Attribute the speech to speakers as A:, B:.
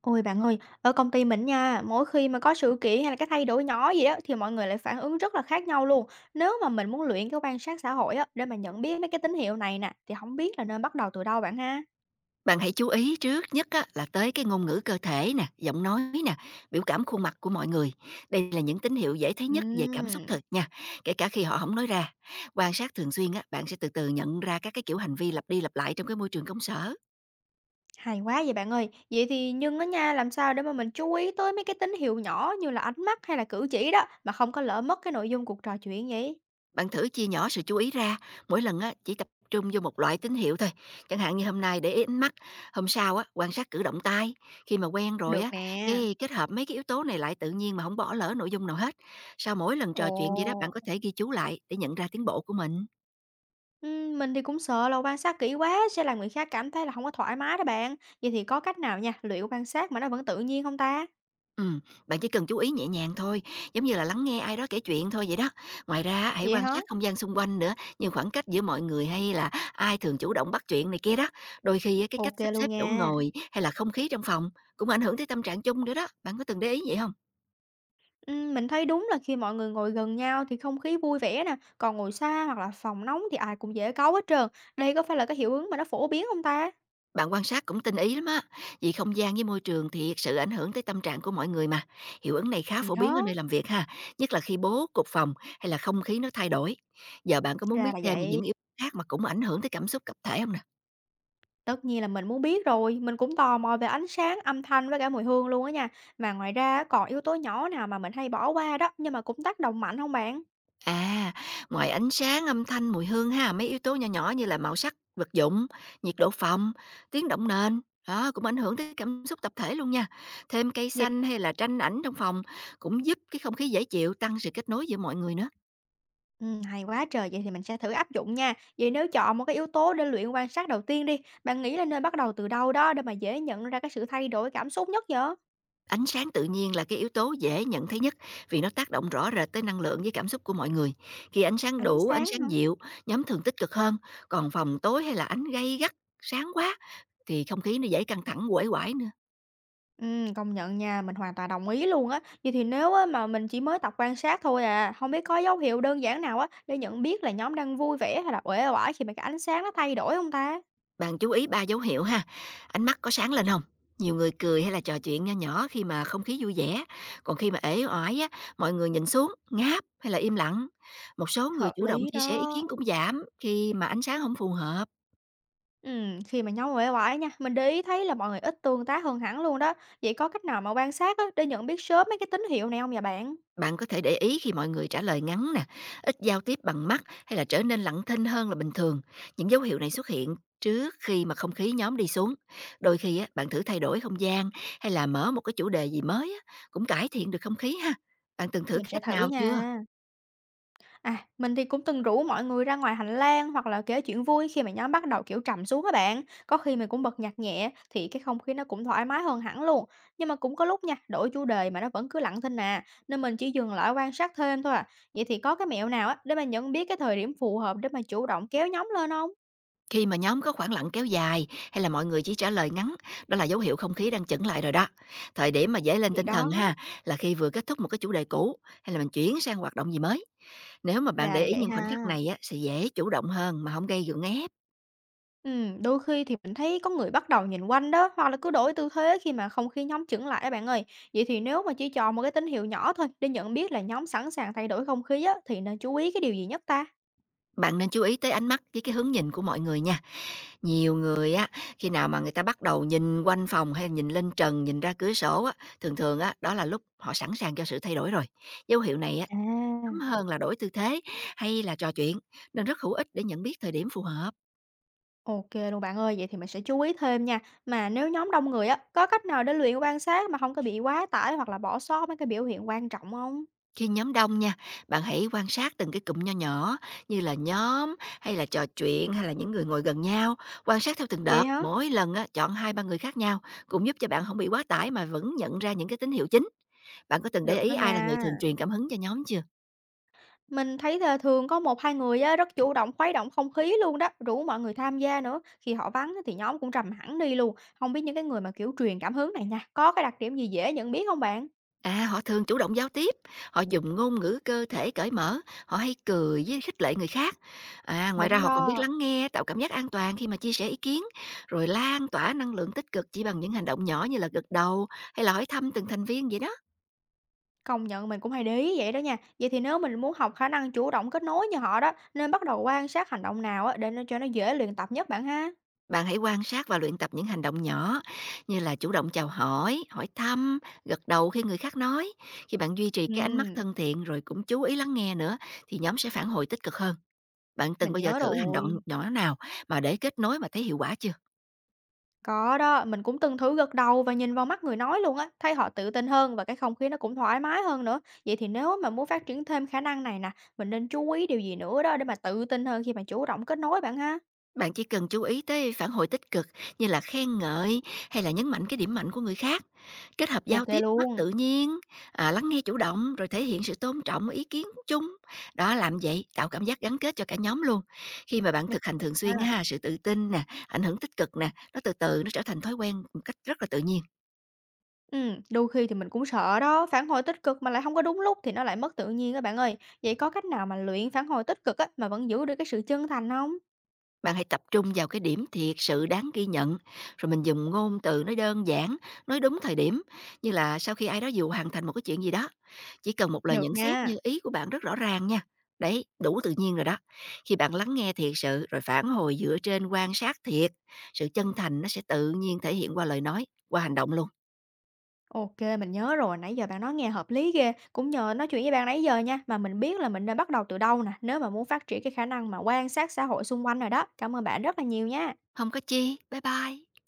A: Ôi, bạn ơi, ở công ty mình nha, mỗi khi mà có sự kiện hay là cái thay đổi nhỏ gì đó thì mọi người lại phản ứng rất là khác nhau luôn. Nếu mà mình muốn luyện cái quan sát xã hội á để mà nhận biết mấy cái tín hiệu này nè thì không biết là nên bắt đầu từ đâu bạn ha?
B: Bạn hãy chú ý trước nhất á, là tới cái ngôn ngữ cơ thể nè, giọng nói nè, biểu cảm khuôn mặt của mọi người. Đây là những tín hiệu dễ thấy nhất về cảm xúc
A: Ừm,
B: thật nha, kể cả khi họ không nói ra. Quan sát thường xuyên á, bạn sẽ từ từ nhận ra các cái kiểu hành vi lặp đi lặp lại trong cái môi trường công sở.
A: hay quá vậy bạn ơi. Vậy thì nhưng á nha, làm sao để mà mình chú ý tới mấy cái tín hiệu nhỏ như là ánh mắt hay là cử chỉ đó mà không có lỡ mất cái nội dung cuộc trò chuyện vậy?
B: Bạn thử chia nhỏ sự chú ý ra, mỗi lần á, chỉ tập trung vô một loại tín hiệu thôi. Chẳng hạn như hôm nay để ý ánh mắt, hôm sau á, quan sát cử động tay. Khi mà quen rồi
A: Được
B: á,
A: nè.
B: cái kết hợp mấy cái yếu tố này lại tự nhiên mà không bỏ lỡ nội dung nào hết. Sau mỗi lần
A: Ồ.
B: trò chuyện vậy đó, bạn có thể ghi chú lại để nhận ra tiến bộ của mình.
A: Mình thì cũng sợ là quan sát kỹ quá sẽ làm người khác cảm thấy là không có thoải mái đó bạn. Vậy thì có cách nào nha, liệu quan sát mà nó vẫn tự nhiên không ta?
B: Ừm, bạn chỉ cần chú ý nhẹ nhàng thôi, giống như là lắng nghe ai đó kể chuyện thôi vậy đó. Ngoài ra hãy
A: Vậy
B: quan
A: hả?
B: sát không gian xung quanh nữa, như khoảng cách giữa mọi người hay là ai thường chủ động bắt chuyện này kia đó. Đôi khi á, cái cách
A: Ok
B: sắp
A: luôn
B: xếp chỗ
A: nha.
B: ngồi hay là không khí trong phòng cũng ảnh hưởng tới tâm trạng chung nữa đó. Bạn có từng để ý vậy không?
A: Mình thấy đúng là khi mọi người ngồi gần nhau thì không khí vui vẻ nè, còn ngồi xa hoặc là phòng nóng thì ai cũng dễ cáu hết trơn. Đây có phải là cái hiệu ứng mà nó phổ biến không ta?
B: Bạn quan sát cũng tinh ý lắm á, vì không gian với môi trường thì sự ảnh hưởng tới tâm trạng của mọi người mà. Hiệu ứng này khá
A: Thì
B: phổ biến ở
A: đó,
B: nơi làm việc ha, nhất là khi bố cục phòng hay là không khí nó thay đổi. Giờ bạn có muốn
A: ra
B: biết
A: là
B: thêm về
A: vậy.
B: những yếu tố khác mà cũng ảnh hưởng tới cảm xúc tập thể không nè?
A: Tất nhiên là mình muốn biết rồi, mình cũng tò mò về ánh sáng, âm thanh với cả mùi hương luôn á nha. Mà ngoài ra còn yếu tố nhỏ nào mà mình hay bỏ qua đó, nhưng mà cũng tác động mạnh không bạn?
B: À, ngoài ánh sáng, âm thanh, mùi hương ha, mấy yếu tố nhỏ nhỏ như là màu sắc vật dụng, nhiệt độ phòng, tiếng động nền, đó cũng ảnh hưởng tới cảm xúc tập thể luôn nha. Thêm cây
A: Vậy
B: xanh hay là tranh ảnh trong phòng cũng giúp cái không khí dễ chịu, tăng sự kết nối giữa mọi người nữa.
A: Hay quá trời! Vậy thì mình sẽ thử áp dụng nha. Vậy nếu chọn một cái yếu tố để luyện quan sát đầu tiên đi, bạn nghĩ là nên bắt đầu từ đâu đó để mà dễ nhận ra cái sự thay đổi cảm xúc nhất vậy?
B: Ánh sáng tự nhiên là cái yếu tố dễ nhận thấy nhất vì nó tác động rõ rệt tới năng lượng với cảm xúc của mọi người. Khi ánh sáng
A: Ánh
B: đủ, ánh
A: sáng hả?
B: sáng dịu, nhóm thường tích cực hơn, còn phòng tối hay là ánh gay gắt, sáng quá thì không khí nó dễ căng thẳng, quể quải nữa.
A: Công nhận nha, mình hoàn toàn đồng ý luôn á. Vậy thì nếu á mà mình chỉ mới tập quan sát thôi à, không biết có dấu hiệu đơn giản nào á để nhận biết là nhóm đang vui vẻ hay là uể oải khi mà cái ánh sáng nó thay đổi không ta?
B: Bạn chú ý ba dấu hiệu ha. Ánh mắt có sáng lên không? Nhiều người cười hay là trò chuyện nho nhỏ khi mà không khí vui vẻ. Còn khi mà ế oải á, mọi người nhìn xuống, ngáp hay là im lặng. Một số người
A: Hợp
B: chủ động
A: lý
B: chia sẻ ý
A: đó.
B: kiến cũng giảm khi mà ánh sáng không phù hợp.
A: Khi mà nhóm uể oải nha, mình để ý thấy là mọi người ít tương tác hơn hẳn luôn đó. Vậy có cách nào mà quan sát á, để nhận biết sớm mấy cái tín hiệu này không nhà bạn?
B: Bạn có thể để ý khi mọi người trả lời ngắn nè, ít giao tiếp bằng mắt hay là trở nên lặng thinh hơn là bình thường. Những dấu hiệu này xuất hiện trước khi mà không khí nhóm đi xuống. Đôi khi á, bạn thử thay đổi không gian hay là mở một cái chủ đề gì mới á, cũng cải thiện được không khí ha. Bạn từng thử
A: Mình sẽ
B: cách
A: thử
B: nào chưa?
A: nha. À, mình thì cũng từng rủ mọi người ra ngoài hành lang hoặc là kể chuyện vui khi mà nhóm bắt đầu kiểu trầm xuống các bạn. Có khi mình cũng bật nhạc nhẹ thì cái không khí nó cũng thoải mái hơn hẳn luôn. Nhưng mà cũng có lúc nha, đổi chủ đề mà nó vẫn cứ lặng thinh à, nên mình chỉ dừng lại quan sát thêm thôi à. Vậy thì có cái mẹo nào á để mà nhận biết cái thời điểm phù hợp để mà chủ động kéo nhóm lên không?
B: Khi mà nhóm có khoảng lặng kéo dài hay là mọi người chỉ trả lời ngắn, đó là dấu hiệu không khí đang chững lại rồi đó. Thời điểm mà dễ lên
A: Thì
B: tinh thần
A: đó,
B: ha là khi vừa kết thúc một cái chủ đề cũ hay là mình chuyển sang hoạt động gì mới. Nếu mà bạn
A: ra
B: để
A: là
B: ý
A: vậy
B: những khoảnh khắc
A: ha.
B: này á, sẽ dễ chủ động hơn mà không gây gượng ép.
A: Đôi khi thì mình thấy có người bắt đầu nhìn quanh đó, hoặc là cứ đổi tư thế khi mà không khí nhóm chững lại á bạn ơi. Vậy thì nếu mà chỉ chọn một cái tín hiệu nhỏ thôi để nhận biết là nhóm sẵn sàng thay đổi không khí á, thì nên chú ý cái điều gì nhất ta?
B: Bạn nên chú ý tới ánh mắt với cái hướng nhìn của mọi người nha. Nhiều người á, khi nào mà người ta bắt đầu nhìn quanh phòng hay nhìn lên trần, nhìn ra cửa sổ á, thường thường á, đó là lúc họ sẵn sàng cho sự thay đổi rồi. Dấu hiệu này á,
A: À,
B: sớm hơn là đổi tư thế hay là trò chuyện, nên rất hữu ích để nhận biết thời điểm phù hợp.
A: Ok luôn bạn ơi, vậy thì mình sẽ chú ý thêm nha. Mà nếu nhóm đông người á, có cách nào để luyện quan sát mà không có bị quá tải hoặc là bỏ sót mấy cái biểu hiện quan trọng không?
B: Khi nhóm đông nha, bạn hãy quan sát từng cái cụm nho nhỏ như là nhóm hay là trò chuyện hay là những người ngồi gần nhau, quan sát theo từng
A: Vậy
B: đợt,
A: hả?
B: mỗi lần á chọn hai ba người khác nhau cũng giúp cho bạn không bị quá tải mà vẫn nhận ra những cái tín hiệu chính. Bạn có từng
A: Được
B: để
A: đó
B: ý ai là người
A: nha.
B: thường truyền cảm hứng cho nhóm chưa?
A: Mình thấy là thường có một hai người á, rất chủ động khuấy động không khí luôn đó, rủ mọi người tham gia nữa. Khi họ vắng á thì nhóm cũng trầm hẳn đi luôn. Không biết những cái người mà, kiểu, truyền cảm hứng này nha, có cái đặc điểm gì dễ nhận biết không bạn?
B: À, họ thường chủ động giao tiếp, họ dùng ngôn ngữ cơ thể cởi mở, họ hay cười với khích lệ người khác. À, ngoài ra
A: Đúng
B: họ còn biết
A: đó.
B: lắng nghe, tạo cảm giác an toàn khi mà chia sẻ ý kiến, rồi lan tỏa năng lượng tích cực chỉ bằng những hành động nhỏ như là gật đầu hay là hỏi thăm từng thành viên vậy đó.
A: Công nhận mình cũng hay để ý vậy đó nha. Vậy thì nếu mình muốn học khả năng chủ động kết nối như họ đó, nên bắt đầu quan sát hành động nào á để nó cho nó dễ luyện tập nhất bạn ha?
B: Bạn hãy quan sát và luyện tập những hành động nhỏ như là chủ động chào hỏi, hỏi thăm, gật đầu khi người khác nói. Khi bạn duy trì cái ánh mắt
A: Ừm,
B: thân thiện rồi cũng chú ý lắng nghe nữa thì nhóm sẽ phản hồi tích cực hơn. Bạn từng
A: mình
B: bao giờ
A: nhớ
B: thử hành động
A: rồi.
B: nhỏ nào mà để kết nối mà thấy hiệu quả chưa?
A: Có đó, mình cũng từng thử gật đầu và nhìn vào mắt người nói luôn á, thấy họ tự tin hơn và cái không khí nó cũng thoải mái hơn nữa. Vậy thì nếu mà muốn phát triển thêm khả năng này nè, mình nên chú ý điều gì nữa đó để mà tự tin hơn khi mà chủ động kết nối bạn ha?
B: Bạn chỉ cần chú ý tới phản hồi tích cực như là khen ngợi hay là nhấn mạnh cái điểm mạnh của người khác, kết hợp giao
A: Ok
B: tiếp mắt
A: luôn.
B: tự nhiên, lắng nghe chủ động rồi thể hiện sự tôn trọng ý kiến chung. Đó làm vậy tạo cảm giác gắn kết cho cả nhóm luôn. Khi mà bạn
A: Nhất
B: thực
A: trí.
B: hành thường
A: À.
B: xuyên á ha, sự tự tin nè, ảnh hưởng tích cực nè, nó từ từ nó trở thành thói quen một cách rất là tự nhiên.
A: Ừ, đôi khi thì mình cũng sợ đó, phản hồi tích cực mà lại không có đúng lúc thì nó lại mất tự nhiên các bạn ơi. Vậy có cách nào mà luyện phản hồi tích cực á mà vẫn giữ được cái sự chân thành không?
B: Bạn hãy tập trung vào cái điểm thiệt sự đáng ghi nhận, rồi mình dùng ngôn từ nói đơn giản, nói đúng thời điểm, như là sau khi ai đó dù hoàn thành một cái chuyện gì đó, chỉ cần một lời
A: Được
B: nhận xét
A: nha.
B: như ý của bạn rất rõ ràng nha. Đấy, đủ tự nhiên rồi đó. Khi bạn lắng nghe thiệt sự rồi phản hồi dựa trên quan sát thiệt, sự chân thành nó sẽ tự nhiên thể hiện qua lời nói, qua hành động luôn.
A: OK, mình nhớ rồi, nãy giờ bạn nói nghe hợp lý ghê. Cũng nhờ nói chuyện với bạn nãy giờ nha, mà mình biết là mình nên bắt đầu từ đâu nè, nếu mà muốn phát triển cái khả năng mà quan sát xã hội xung quanh rồi đó. Cảm ơn bạn rất là nhiều nha.
B: Không có chi. Bye bye.